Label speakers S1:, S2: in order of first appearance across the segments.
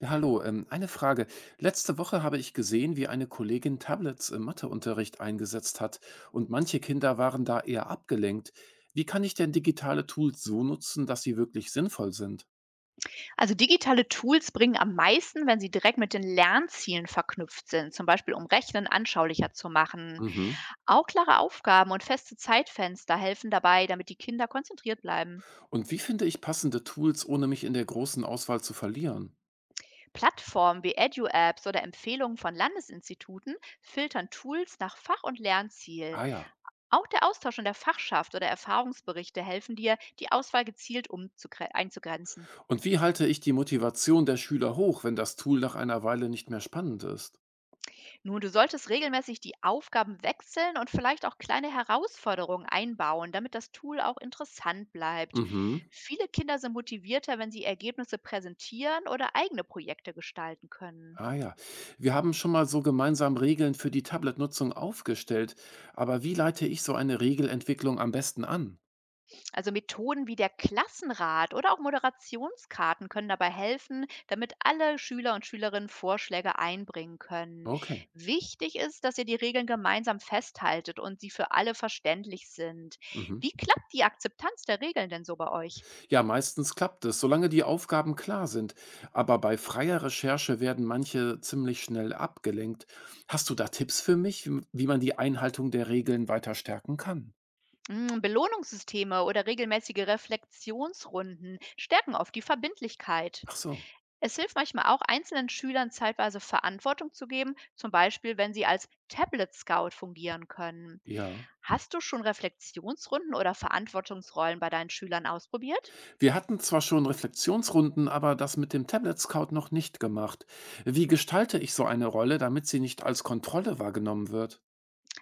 S1: Ja, hallo, eine Frage. Letzte Woche habe ich gesehen, wie eine Kollegin Tablets im Matheunterricht eingesetzt hat, und manche Kinder waren da eher abgelenkt. Wie kann ich denn digitale Tools so nutzen, dass sie wirklich sinnvoll sind?
S2: Also digitale Tools bringen am meisten, wenn sie direkt mit den Lernzielen verknüpft sind, zum Beispiel um Rechnen anschaulicher zu machen.
S1: Mhm.
S2: Auch klare Aufgaben und feste Zeitfenster helfen dabei, damit die Kinder konzentriert bleiben.
S1: Und wie finde ich passende Tools, ohne mich in der großen Auswahl zu verlieren?
S2: Plattformen wie Edu-Apps oder Empfehlungen von Landesinstituten filtern Tools nach Fach- und Lernziel.
S1: Ah ja.
S2: Auch der Austausch in der Fachschaft oder Erfahrungsberichte helfen dir, die Auswahl gezielt einzugrenzen.
S1: Und wie halte ich die Motivation der Schüler hoch, wenn das Tool nach einer Weile nicht mehr spannend ist?
S2: Nun, du solltest regelmäßig die Aufgaben wechseln und vielleicht auch kleine Herausforderungen einbauen, damit das Tool auch interessant bleibt.
S1: Mhm.
S2: Viele Kinder sind motivierter, wenn sie Ergebnisse präsentieren oder eigene Projekte gestalten können.
S1: Ah ja, wir haben schon mal so gemeinsam Regeln für die Tablet-Nutzung aufgestellt, aber wie leite ich so eine Regelentwicklung am besten an?
S2: Also Methoden wie der Klassenrat oder auch Moderationskarten können dabei helfen, damit alle Schüler und Schülerinnen Vorschläge einbringen können.
S1: Okay.
S2: Wichtig ist, dass ihr die Regeln gemeinsam festhaltet und sie für alle verständlich sind.
S1: Mhm.
S2: Wie klappt die Akzeptanz der Regeln denn so bei euch?
S1: Ja, meistens klappt es, solange die Aufgaben klar sind. Aber bei freier Recherche werden manche ziemlich schnell abgelenkt. Hast du da Tipps für mich, wie man die Einhaltung der Regeln weiter stärken kann?
S2: Mm, Belohnungssysteme oder regelmäßige Reflexionsrunden stärken oft die Verbindlichkeit.
S1: Ach so,
S2: Es hilft manchmal auch, einzelnen Schülern zeitweise Verantwortung zu geben, zum Beispiel wenn sie als Tablet-Scout fungieren können.
S1: ja.
S2: Hast du schon Reflexionsrunden oder Verantwortungsrollen bei deinen Schülern ausprobiert?
S1: Wir hatten zwar schon Reflexionsrunden, aber das mit dem Tablet Scout noch nicht gemacht. Wie gestalte ich so eine Rolle, damit sie nicht als Kontrolle wahrgenommen wird?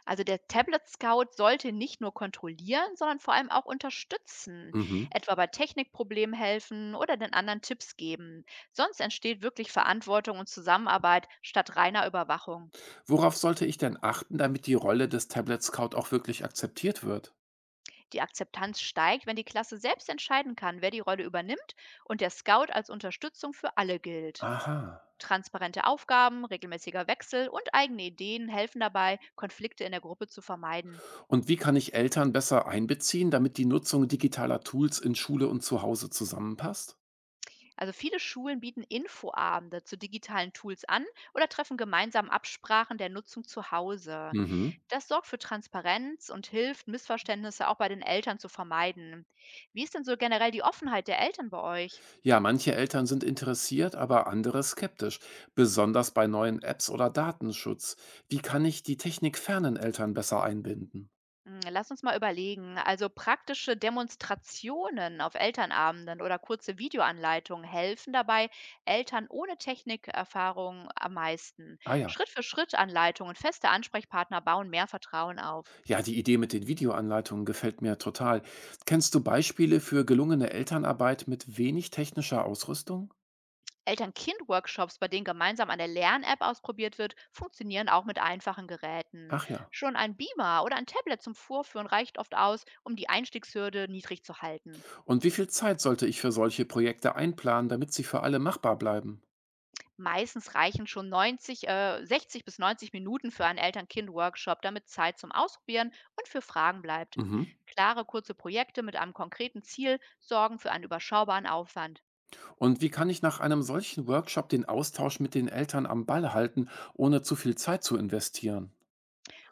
S2: Also der Tablet Scout sollte nicht nur kontrollieren, sondern vor allem auch unterstützen,
S1: Mhm.
S2: etwa bei Technikproblemen helfen oder den anderen Tipps geben. Sonst entsteht wirklich Verantwortung und Zusammenarbeit statt reiner Überwachung.
S1: Worauf sollte ich denn achten, damit die Rolle des Tablet Scout auch wirklich akzeptiert wird?
S2: Die Akzeptanz steigt, wenn die Klasse selbst entscheiden kann, wer die Rolle übernimmt und der Scout als Unterstützung für alle gilt.
S1: Aha.
S2: Transparente Aufgaben, regelmäßiger Wechsel und eigene Ideen helfen dabei, Konflikte in der Gruppe zu vermeiden.
S1: Und wie kann ich Eltern besser einbeziehen, damit die Nutzung digitaler Tools in Schule und zu Hause zusammenpasst?
S2: Also viele Schulen bieten Infoabende zu digitalen Tools an oder treffen gemeinsam Absprachen der Nutzung zu Hause.
S1: Mhm.
S2: Das sorgt für Transparenz und hilft, Missverständnisse auch bei den Eltern zu vermeiden. Wie ist denn so generell die Offenheit der Eltern bei euch?
S1: Ja, manche Eltern sind interessiert, aber andere skeptisch, besonders bei neuen Apps oder Datenschutz. Wie kann ich die technikfernen Eltern besser einbinden?
S2: Hm, lass uns mal überlegen. Also praktische Demonstrationen auf Elternabenden oder kurze Videoanleitungen helfen dabei Eltern ohne Technikerfahrung am meisten.
S1: Ah ja,
S2: Schritt für Schritt Anleitungen und feste Ansprechpartner bauen mehr Vertrauen auf.
S1: ja, die Idee mit den Videoanleitungen gefällt mir total. Kennst du Beispiele für gelungene Elternarbeit mit wenig technischer Ausrüstung?
S2: Eltern-Kind-Workshops, bei denen gemeinsam eine Lern-App ausprobiert wird, funktionieren auch mit einfachen Geräten.
S1: Ach ja.
S2: Schon ein Beamer oder ein Tablet zum Vorführen reicht oft aus, um die Einstiegshürde niedrig zu halten.
S1: Und wie viel Zeit sollte ich für solche Projekte einplanen, damit sie für alle machbar bleiben?
S2: Meistens reichen schon 60 bis 90 Minuten für einen Eltern-Kind-Workshop, damit Zeit zum Ausprobieren und für Fragen bleibt.
S1: Mhm.
S2: Klare, kurze Projekte mit einem konkreten Ziel sorgen für einen überschaubaren Aufwand.
S1: Und wie kann ich nach einem solchen Workshop den Austausch mit den Eltern am Ball halten, ohne zu viel Zeit zu investieren?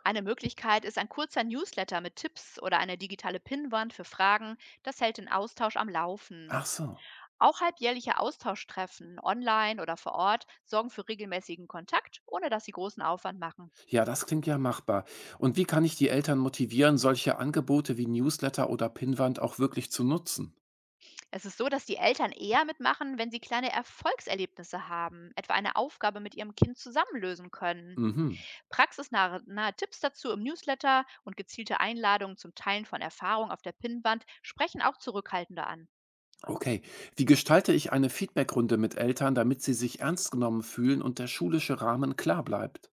S2: Eine Möglichkeit ist ein kurzer Newsletter mit Tipps oder eine digitale Pinnwand für Fragen. Das hält den Austausch am Laufen.
S1: Ach so.
S2: Auch halbjährliche Austauschtreffen, online oder vor Ort, sorgen für regelmäßigen Kontakt, ohne dass sie großen Aufwand machen.
S1: Ja, das klingt ja machbar. Und wie kann ich die Eltern motivieren, solche Angebote wie Newsletter oder Pinnwand auch wirklich zu nutzen?
S2: Es ist so, dass die Eltern eher mitmachen, wenn sie kleine Erfolgserlebnisse haben, etwa eine Aufgabe mit ihrem Kind zusammenlösen können.
S1: Mhm.
S2: Praxisnahe nahe Tipps dazu im Newsletter und gezielte Einladungen zum Teilen von Erfahrungen auf der Pinnwand sprechen auch Zurückhaltende an.
S1: Okay. Wie gestalte ich eine Feedbackrunde mit Eltern, damit sie sich ernst genommen fühlen und der schulische Rahmen klar bleibt?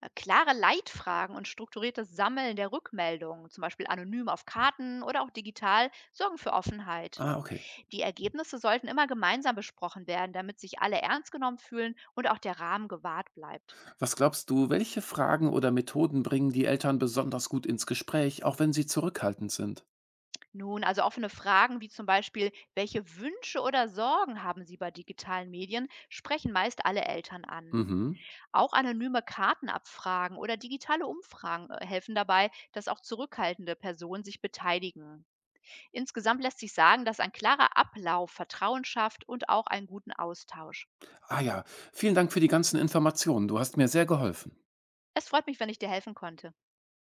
S2: Klare Leitfragen und strukturiertes Sammeln der Rückmeldungen, zum Beispiel anonym auf Karten oder auch digital, sorgen für Offenheit.
S1: Ah, okay.
S2: Die Ergebnisse sollten immer gemeinsam besprochen werden, damit sich alle ernst genommen fühlen und auch der Rahmen gewahrt bleibt.
S1: Was glaubst du, welche Fragen oder Methoden bringen die Eltern besonders gut ins Gespräch, auch wenn sie zurückhaltend sind?
S2: Nun, also offene Fragen wie zum Beispiel, welche Wünsche oder Sorgen haben Sie bei digitalen Medien, sprechen meist alle Eltern an.
S1: Mhm.
S2: Auch anonyme Kartenabfragen oder digitale Umfragen helfen dabei, dass auch zurückhaltende Personen sich beteiligen. Insgesamt lässt sich sagen, dass ein klarer Ablauf Vertrauen schafft und auch einen guten Austausch.
S1: Ah ja, vielen Dank für die ganzen Informationen. Du hast mir sehr geholfen.
S2: Es freut mich, wenn ich dir helfen konnte.